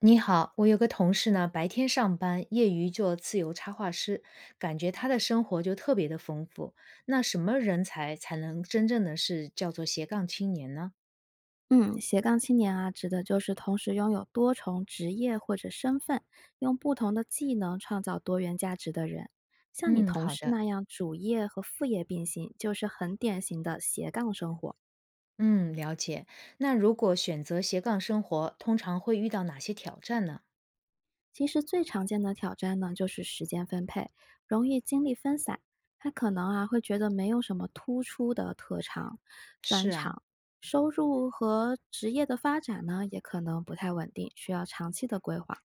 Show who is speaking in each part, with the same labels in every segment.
Speaker 1: 你好，我有个同事呢，白天上班，业余做自由插画师，感觉他的生活就特别的丰富。那什么人才才能真正的是叫做斜杠青年呢？
Speaker 2: 嗯，斜杠青年啊，指的就是同时拥有多重职业或者身份，用不同的技能创造多元价值的人。像你
Speaker 1: 嗯，
Speaker 2: 同
Speaker 1: 好
Speaker 2: 事
Speaker 1: 的，
Speaker 2: 那样主业和副业并行，就是很典型的斜杠生活。
Speaker 1: 嗯，了解。那如果选择斜杠生活，通常会遇到哪些挑战呢？
Speaker 2: 其实最常见的挑战呢，就是时间分配，容易精力分散，他可能啊会觉得没有什么突出的特长、专
Speaker 1: 是啊，
Speaker 2: 长，收入和职业的发展呢，也可能不太稳定，需要长期的规划。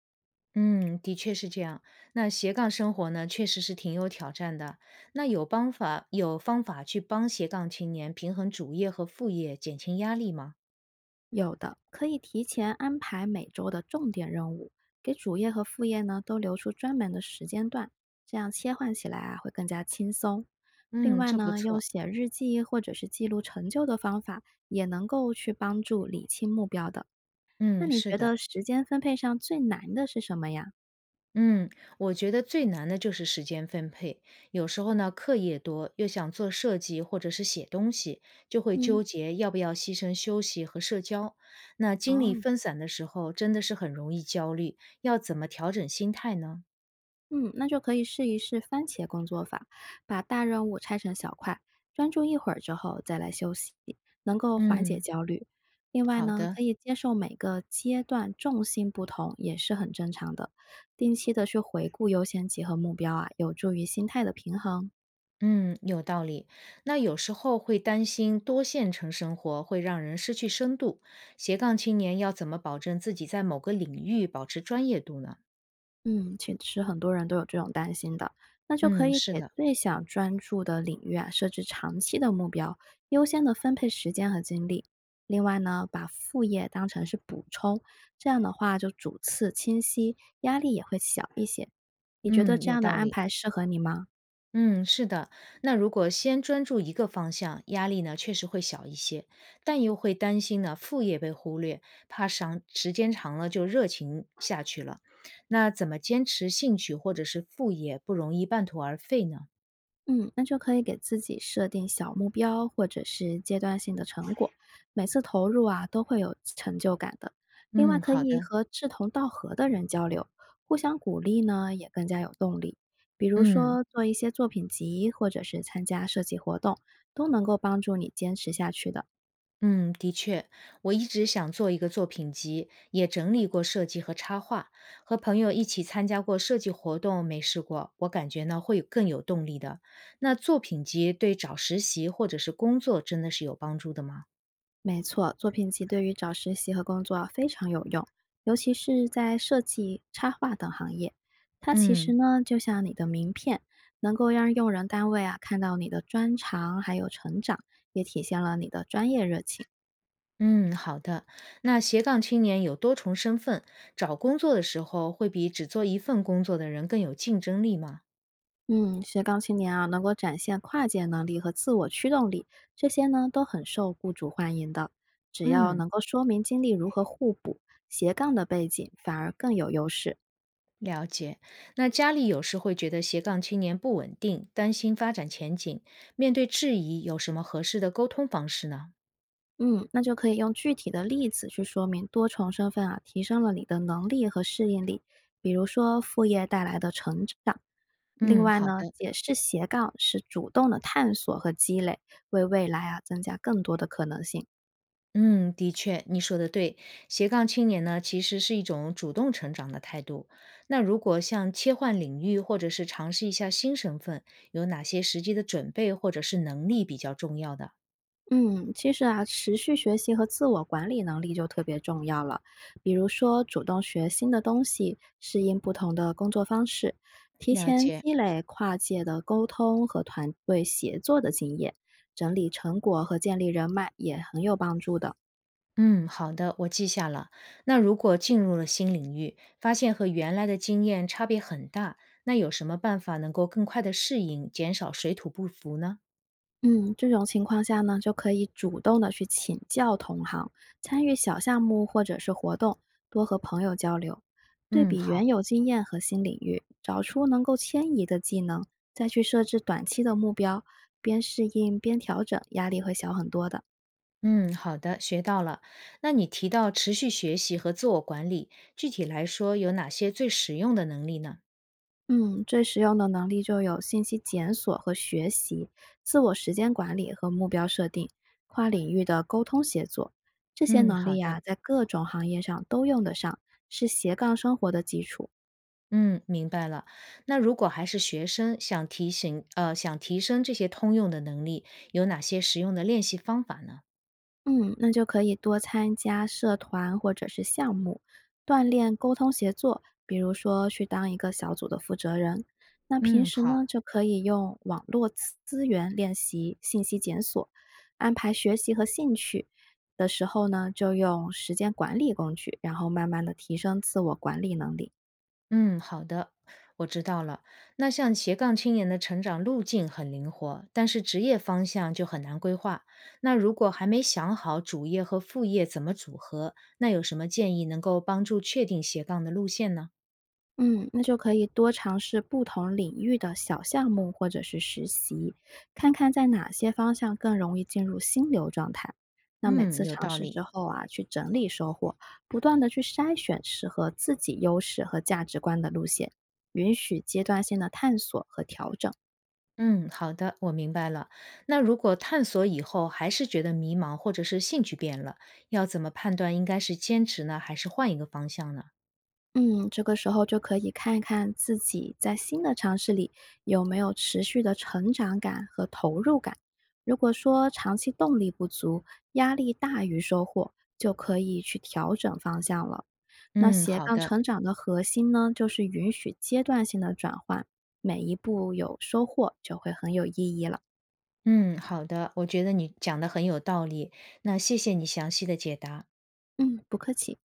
Speaker 1: 嗯，的确是这样。那斜杠生活呢，确实是挺有挑战的。那有方法，有方法去帮斜杠青年平衡主业和副业，减轻压力吗？
Speaker 2: 有的可以提前安排每周的重点任务，给主业和副业呢都留出专门的时间段，这样切换起来啊会更加轻松。另
Speaker 1: 嗯，
Speaker 2: 外
Speaker 1: 这不
Speaker 2: 呢，用
Speaker 1: 错。
Speaker 2: 写日记或者是记录成就的方法，也能够去帮助理清目标的。那
Speaker 1: 嗯，
Speaker 2: 你
Speaker 1: 是
Speaker 2: 觉
Speaker 1: 的，
Speaker 2: 得时间分配上最难的是什么呀？
Speaker 1: 嗯，我觉得最难的就是时间分配。有时候呢，课业多，又想做设计或者是写东西，就会
Speaker 2: 嗯。
Speaker 1: 纠结要不要牺牲休息和社交。那精力
Speaker 2: 哦。
Speaker 1: 分散的时候，真的是很容易焦虑，要怎么调整心态呢？
Speaker 2: 嗯，那就可以试一试番茄工作法，把大任务拆成小块，专注一会儿之后再来休息，能够缓解
Speaker 1: 嗯，
Speaker 2: 焦虑。另外
Speaker 1: 好
Speaker 2: 呢，
Speaker 1: 的。
Speaker 2: 可以接受每个阶段重心不同，也是很正常的。定期的去回顾优先级和目标啊，有助于心态的平衡。
Speaker 1: 嗯，有道理。那有时候会担心多线程生活会让人失去深度。斜杠青年要怎么保证自己在某个领域保持专业度呢？
Speaker 2: 嗯，其实很多人都有这种担心的，那就可
Speaker 1: 嗯，
Speaker 2: 以
Speaker 1: 是
Speaker 2: 给
Speaker 1: 的。
Speaker 2: 最想专注的领域啊设置长期的目标，优先的分配时间和精力。另外呢，把副业当成是补充，这样的话就主次清晰，压力也会小一些。你觉得
Speaker 1: 嗯，
Speaker 2: 这
Speaker 1: 有
Speaker 2: 样的
Speaker 1: 道
Speaker 2: 安
Speaker 1: 理。
Speaker 2: 排适合你吗？
Speaker 1: 嗯，是的。那如果先专注一个方向，压力呢确实会小一些，但又会担心呢副业被忽略，怕长时间长了就热情下去了。那怎么坚持兴趣或者是副业，不容易半途而废呢？
Speaker 2: 嗯，那就可以给自己设定小目标或者是阶段性的成果，每次投入啊都会有成就感的。另外，
Speaker 1: 嗯，
Speaker 2: 可
Speaker 1: 好
Speaker 2: 以
Speaker 1: 的。
Speaker 2: 和志同道合的人交流，互相鼓励呢，也更加有动力。比如
Speaker 1: 嗯。
Speaker 2: 说做一些作品集，或者是参加设计活动，都能够帮助你坚持下去的。
Speaker 1: 嗯，的确，我一直想做一个作品集，也整理过设计和插画，和朋友一起参加过设计活动，没试过，我感觉呢会更有动力的。那作品集对找实习或者是工作真的是有帮助的吗？
Speaker 2: 没错，作品集对于找实习和工作非常有用，尤其是在设计、插画等行业。它其实
Speaker 1: 嗯
Speaker 2: 呢，就像你的名片，能够让用人单位啊看到你的专长还有成长，也体现了你的专业热情。
Speaker 1: 嗯，好的。那斜杠青年有多重身份，找工作的时候会比只做一份工作的人更有竞争力吗？
Speaker 2: 嗯，斜杠青年啊，能够展现跨界能力和自我驱动力，这些呢都很受雇主欢迎的。只要
Speaker 1: 嗯。
Speaker 2: 能够说明经历如何互补，斜杠的背景反而更有优势。
Speaker 1: 了解，那家里有时会觉得斜杠青年不稳定，担心发展前景。面对质疑，有什么合适的沟通方式呢？
Speaker 2: 嗯，那就可以用具体的例子去说明多重身份啊，提升了你的能力和适应力，比如说副业带来的成长。另
Speaker 1: 嗯，
Speaker 2: 外
Speaker 1: 好
Speaker 2: 呢，
Speaker 1: 的，
Speaker 2: 解释斜杠是主动的探索和积累，为未来啊增加更多的可能性。
Speaker 1: 嗯，的确，你说的对。斜杠青年呢，其实是一种主动成长的态度。那如果像切换领域，或者是尝试一下新身份，有哪些实际的准备或者是能力比较重要的？
Speaker 2: 嗯，其实啊，持续学习和自我管理能力就特别重要了。比如说，主动学新的东西，适应不同的工作方式，提
Speaker 1: 了
Speaker 2: 前
Speaker 1: 解。
Speaker 2: 积累跨界的沟通和团队协作的经验，整理成果和建立人脉也很有帮助的。
Speaker 1: 嗯，好的，我记下了。那如果进入了新领域，发现和原来的经验差别很大，那有什么办法能够更快的适应，减少水土不服呢？
Speaker 2: 嗯，这种情况下呢，就可以主动的去请教同行，参与小项目或者是活动，多和朋友交流，对
Speaker 1: 嗯，
Speaker 2: 比原
Speaker 1: 好，
Speaker 2: 有经验和新领域，找出能够迁移的技能，再去设置短期的目标，边适应边调整，压力会小很多的。
Speaker 1: 嗯，好的，学到了。那你提到持续学习和自我管理，具体来说有哪些最实用的能力呢？
Speaker 2: 嗯，最实用的能力就有信息检索和学习、自我时间管理和目标设定、跨领域的沟通协作。这些
Speaker 1: 嗯，
Speaker 2: 能
Speaker 1: 好
Speaker 2: 力呀、
Speaker 1: 的。
Speaker 2: 在各种行业上都用得上，是斜杠生活的基础。
Speaker 1: 嗯，明白了。那如果还是学生，想提醒想提升这些通用的能力，有哪些实用的练习方法呢？
Speaker 2: 嗯，那就可以多参加社团或者是项目，锻炼沟通协作，比如说去当一个小组的负责人。那平
Speaker 1: 嗯，
Speaker 2: 时
Speaker 1: 好。
Speaker 2: 呢，就可以用网络资源练习信息检索，安排学习和兴趣的时候呢，就用时间管理工具，然后慢慢的提升自我管理能力。
Speaker 1: 嗯，好的，我知道了。那像斜杠青年的成长路径很灵活，但是职业方向就很难规划。那如果还没想好主业和副业怎么组合，那有什么建议能够帮助确定斜杠的路线呢？
Speaker 2: 嗯，那就可以多尝试不同领域的小项目或者是实习，看看在哪些方向更容易进入心流状态。那每
Speaker 1: 嗯，
Speaker 2: 次
Speaker 1: 有
Speaker 2: 尝
Speaker 1: 道
Speaker 2: 试
Speaker 1: 理。
Speaker 2: 之后啊，去整理收获，不断的去筛选适合自己优势和价值观的路线，允许阶段性的探索和调整。
Speaker 1: 嗯，好的，我明白了。那如果探索以后还是觉得迷茫，或者是兴趣变了，要怎么判断应该是坚持呢，还是换一个方向呢？
Speaker 2: 嗯，这个时候就可以看看自己在新的尝试里有没有持续的成长感和投入感。如果说长期动力不足，压力大于收获，就可以去调整方向了。那
Speaker 1: 嗯，
Speaker 2: 斜
Speaker 1: 好
Speaker 2: 杠
Speaker 1: 的。
Speaker 2: 成长的核心呢，就是允许阶段性的转换，每一步有收获就会很有意义了。
Speaker 1: 嗯，好的，我觉得你讲的很有道理，那谢谢你详细的解答。
Speaker 2: 嗯，不客气。